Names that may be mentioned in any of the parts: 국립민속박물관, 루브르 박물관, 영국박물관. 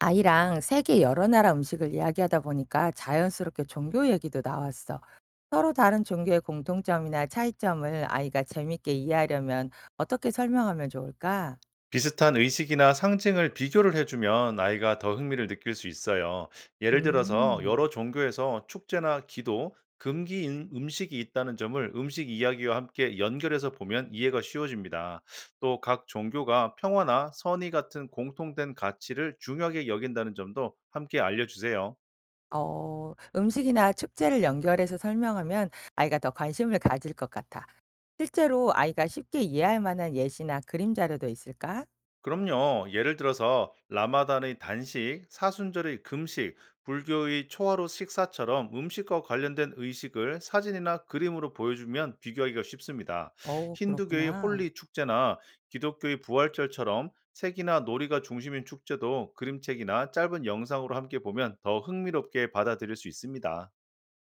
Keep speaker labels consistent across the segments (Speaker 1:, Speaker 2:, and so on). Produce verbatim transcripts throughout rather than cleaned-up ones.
Speaker 1: 아이랑 세계 여러 나라 음식을 이야기하다 보니까 자연스럽게 종교 얘기도 나왔어. 서로 다른 종교의 공통점이나 차이점을 아이가 재밌게 이해하려면 어떻게 설명하면 좋을까?
Speaker 2: 비슷한 의식이나 상징을 비교를 해주면 아이가 더 흥미를 느낄 수 있어요. 예를 들어서
Speaker 1: 음,
Speaker 2: 여러 종교에서 축제나 기도, 금기 인- 음식이 있다는 점을 음식 이야기와 함께 연결해서 보면 이해가 쉬워집니다. 또 각 종교가 평화나 선의 같은 공통된 가치를 중요하게 여긴다는 점도 함께 알려주세요.
Speaker 1: 어, 음식이나 축제를 연결해서 설명하면 아이가 더 관심을 가질 것 같아. 실제로 아이가 쉽게 이해할 만한 예시나 그림 자료도 있을까?
Speaker 2: 그럼요. 예를 들어서 라마단의 단식, 사순절의 금식, 불교의 초하루 식사처럼 음식과 관련된 의식을 사진이나 그림으로 보여주면 비교하기가 쉽습니다.
Speaker 1: 어,
Speaker 2: 힌두교의
Speaker 1: 그렇구나.
Speaker 2: 홀리 축제나 기독교의 부활절처럼 색이나 놀이가 중심인 축제도 그림책이나 짧은 영상으로 함께 보면 더 흥미롭게 받아들일 수 있습니다.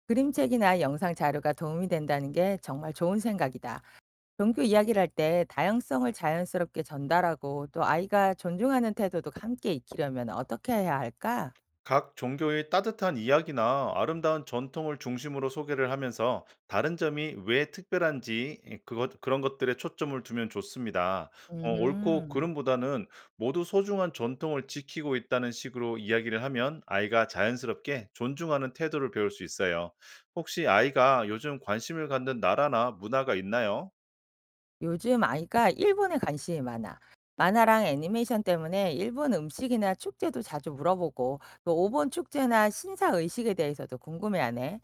Speaker 1: 그림책이나 영상 자료가 도움이 된다는 게 정말 좋은 생각이다. 종교 이야기를 할 때 다양성을 자연스럽게 전달하고 또 아이가 존중하는 태도도 함께 익히려면 어떻게 해야 할까?
Speaker 2: 각 종교의 따뜻한 이야기나 아름다운 전통을 중심으로 소개를 하면서 다른 점이 왜 특별한지 예, 그것, 그런 것들에 초점을 두면 좋습니다. 어, 옳고
Speaker 1: 음.
Speaker 2: 그름보다는 모두 소중한 전통을 지키고 있다는 식으로 이야기를 하면 아이가 자연스럽게 존중하는 태도를 배울 수 있어요. 혹시 아이가 요즘 관심을 갖는 나라나 문화가 있나요?
Speaker 1: 요즘 아이가 일본에 관심이 많아. 만화랑 애니메이션 때문에 일본 음식이나 축제도 자주 물어보고 또 오본 축제나 신사 의식에 대해서도 궁금해하네.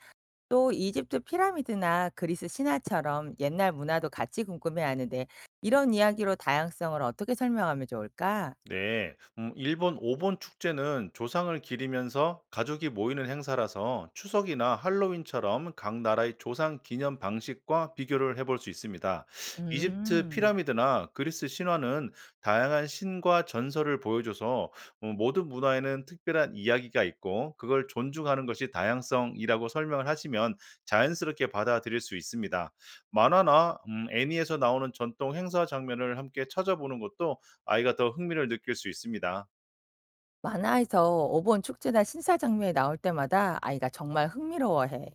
Speaker 1: 또 이집트 피라미드나 그리스 신화처럼 옛날 문화도 같이 궁금해하는데 이런 이야기로 다양성을 어떻게 설명하면 좋을까?
Speaker 2: 네, 음, 일본 오본 축제는 조상을 기리면서 가족이 모이는 행사라서 추석이나 할로윈처럼 각 나라의 조상 기념 방식과 비교를 해볼 수 있습니다. 이집트
Speaker 1: 음.
Speaker 2: 피라미드나 그리스 신화는 다양한 신과 전설을 보여줘서 음, 모든 문화에는 특별한 이야기가 있고 그걸 존중하는 것이 다양성이라고 설명을 하시면 자연스럽게 받아들일 수 있습니다. 만화나 음, 애니에서 나오는 전통 행사 장면을 함께 찾아보는 것도 아이가 더 흥미를 느낄 수 있습니다.
Speaker 1: 만화에서 어본 축제나 신사 장면이 나올 때마다 아이가 정말 흥미로워해.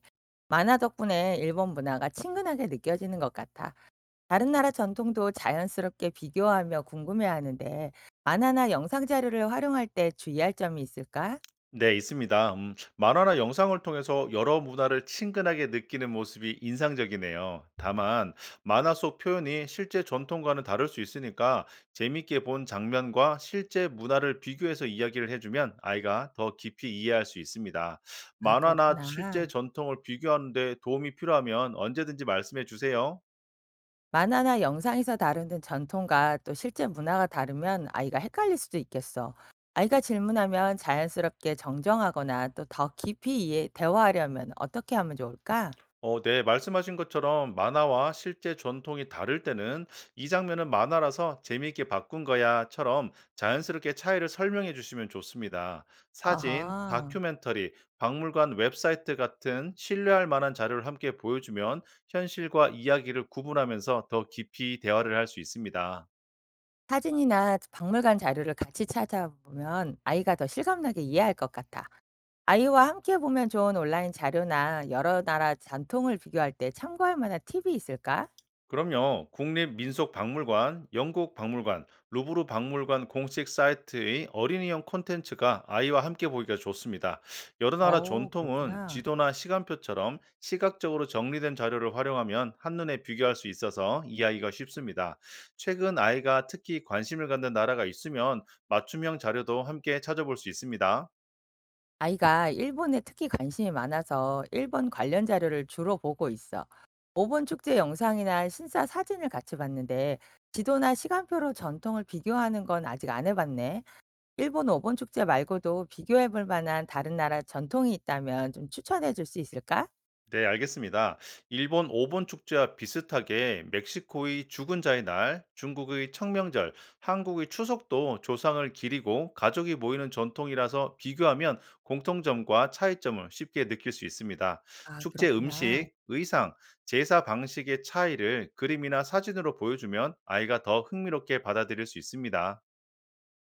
Speaker 1: 만화 덕분에 일본 문화가 친근하게 느껴지는 것 같아. 다른 나라 전통도 자연스럽게 비교하며 궁금해하는데 만화나 영상 자료를 활용할 때 주의할 점이 있을까?
Speaker 2: 네, 있습니다. 음, 만화나 영상을 통해서 여러 문화를 친근하게 느끼는 모습이 인상적이네요. 다만, 만화 속 표현이 실제 전통과는 다를 수 있으니까 재밌게 본 장면과 실제 문화를 비교해서 이야기를 해주면 아이가 더 깊이 이해할 수 있습니다.
Speaker 1: 아,
Speaker 2: 만화나
Speaker 1: 그렇구나.
Speaker 2: 실제 전통을 비교하는데 도움이 필요하면 언제든지 말씀해 주세요.
Speaker 1: 만화나 영상에서 다루는 전통과 또 실제 문화가 다르면 아이가 헷갈릴 수도 있겠어. 아이가 질문하면 자연스럽게 정정하거나 또 더 깊이 이해, 대화하려면 어떻게 하면 좋을까?
Speaker 2: 어 네. 말씀하신 것처럼 만화와 실제 전통이 다를 때는 "이 장면은 만화라서 재미있게 바꾼 거야."처럼 자연스럽게 차이를 설명해 주시면 좋습니다. 사진,
Speaker 1: 아하.
Speaker 2: 다큐멘터리, 박물관 웹사이트 같은 신뢰할 만한 자료를 함께 보여주면 현실과 이야기를 구분하면서 더 깊이 대화를 할 수 있습니다.
Speaker 1: 사진이나 박물관 자료를 같이 찾아보면 아이가 더 실감나게 이해할 것 같아. 아이와 함께 보면 좋은 온라인 자료나 여러 나라 전통을 비교할 때 참고할 만한 팁이 있을까?
Speaker 2: 그럼요. 국립민속박물관, 영국박물관, 루브르 박물관 공식 사이트의 어린이용 콘텐츠가 아이와 함께 보기가 좋습니다. 여러 나라
Speaker 1: 어,
Speaker 2: 전통은
Speaker 1: 그렇구나.
Speaker 2: 지도나 시간표처럼 시각적으로 정리된 자료를 활용하면 한눈에 비교할 수 있어서 이해하기가 쉽습니다. 최근 아이가 특히 관심을 갖는 나라가 있으면 맞춤형 자료도 함께 찾아볼 수 있습니다.
Speaker 1: 아이가 일본에 특히 관심이 많아서 일본 관련 자료를 주로 보고 있어. 오본 축제 영상이나 신사 사진을 같이 봤는데 지도나 시간표로 전통을 비교하는 건 아직 안 해봤네. 일본 오 번 축제 말고도 비교해 볼 만한 다른 나라 전통이 있다면 좀 추천해 줄 수 있을까?
Speaker 2: 네, 알겠습니다. 일본 오본 축제와 비슷하게 멕시코의 죽은 자의 날, 중국의 청명절, 한국의 추석도 조상을 기리고 가족이 모이는 전통이라서 비교하면 공통점과 차이점을 쉽게 느낄 수 있습니다.
Speaker 1: 아,
Speaker 2: 축제
Speaker 1: 그렇구나.
Speaker 2: 음식, 의상, 제사 방식의 차이를 그림이나 사진으로 보여주면 아이가 더 흥미롭게 받아들일 수 있습니다.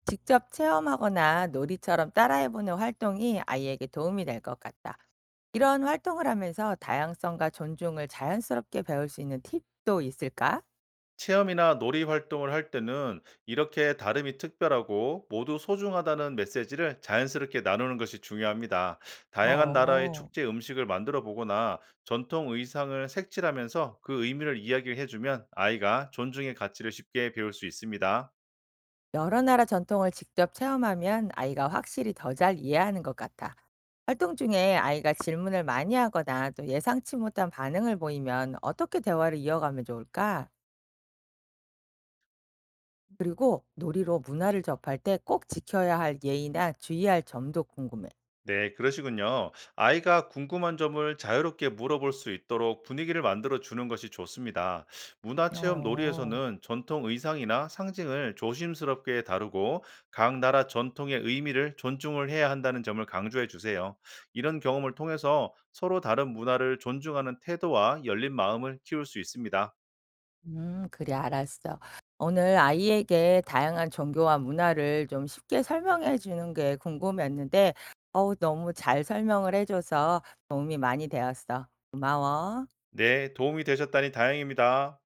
Speaker 1: 직접 체험하거나 놀이처럼 따라해 보는 활동이 아이에게 도움이 될 것 같다. 이런 활동을 하면서 다양성과 존중을 자연스럽게 배울 수 있는 팁도 있을까?
Speaker 2: 체험이나 놀이 활동을 할 때는 이렇게 다름이 특별하고 모두 소중하다는 메시지를 자연스럽게 나누는 것이 중요합니다. 다양한 나라의
Speaker 1: 어.
Speaker 2: 축제 음식을 만들어 보거나 전통 의상을 색칠하면서 그 의미를 이야기를 해주면 아이가 존중의 가치를 쉽게 배울 수 있습니다.
Speaker 1: 여러 나라 전통을 직접 체험하면 아이가 확실히 더 잘 이해하는 것 같아. 활동 중에 아이가 질문을 많이 하거나 또 예상치 못한 반응을 보이면 어떻게 대화를 이어가면 좋을까? 그리고 놀이로 문화를 접할 때 꼭 지켜야 할 예의나 주의할 점도 궁금해.
Speaker 2: 네, 그러시군요. 아이가 궁금한 점을 자유롭게 물어볼 수 있도록 분위기를 만들어 주는 것이 좋습니다. 문화체험
Speaker 1: 어.
Speaker 2: 놀이에서는 전통 의상이나 상징을 조심스럽게 다루고 각 나라 전통의 의미를 존중을 해야 한다는 점을 강조해 주세요. 이런 경험을 통해서 서로 다른 문화를 존중하는 태도와 열린 마음을 키울 수 있습니다.
Speaker 1: 음, 그래, 알았어. 오늘 아이에게 다양한 종교와 문화를 좀 쉽게 설명해 주는 게 궁금했는데 어우 너무 잘 설명을 해 줘서 도움이 많이 되었어. 고마워.
Speaker 2: 네, 도움이 되셨다니 다행입니다.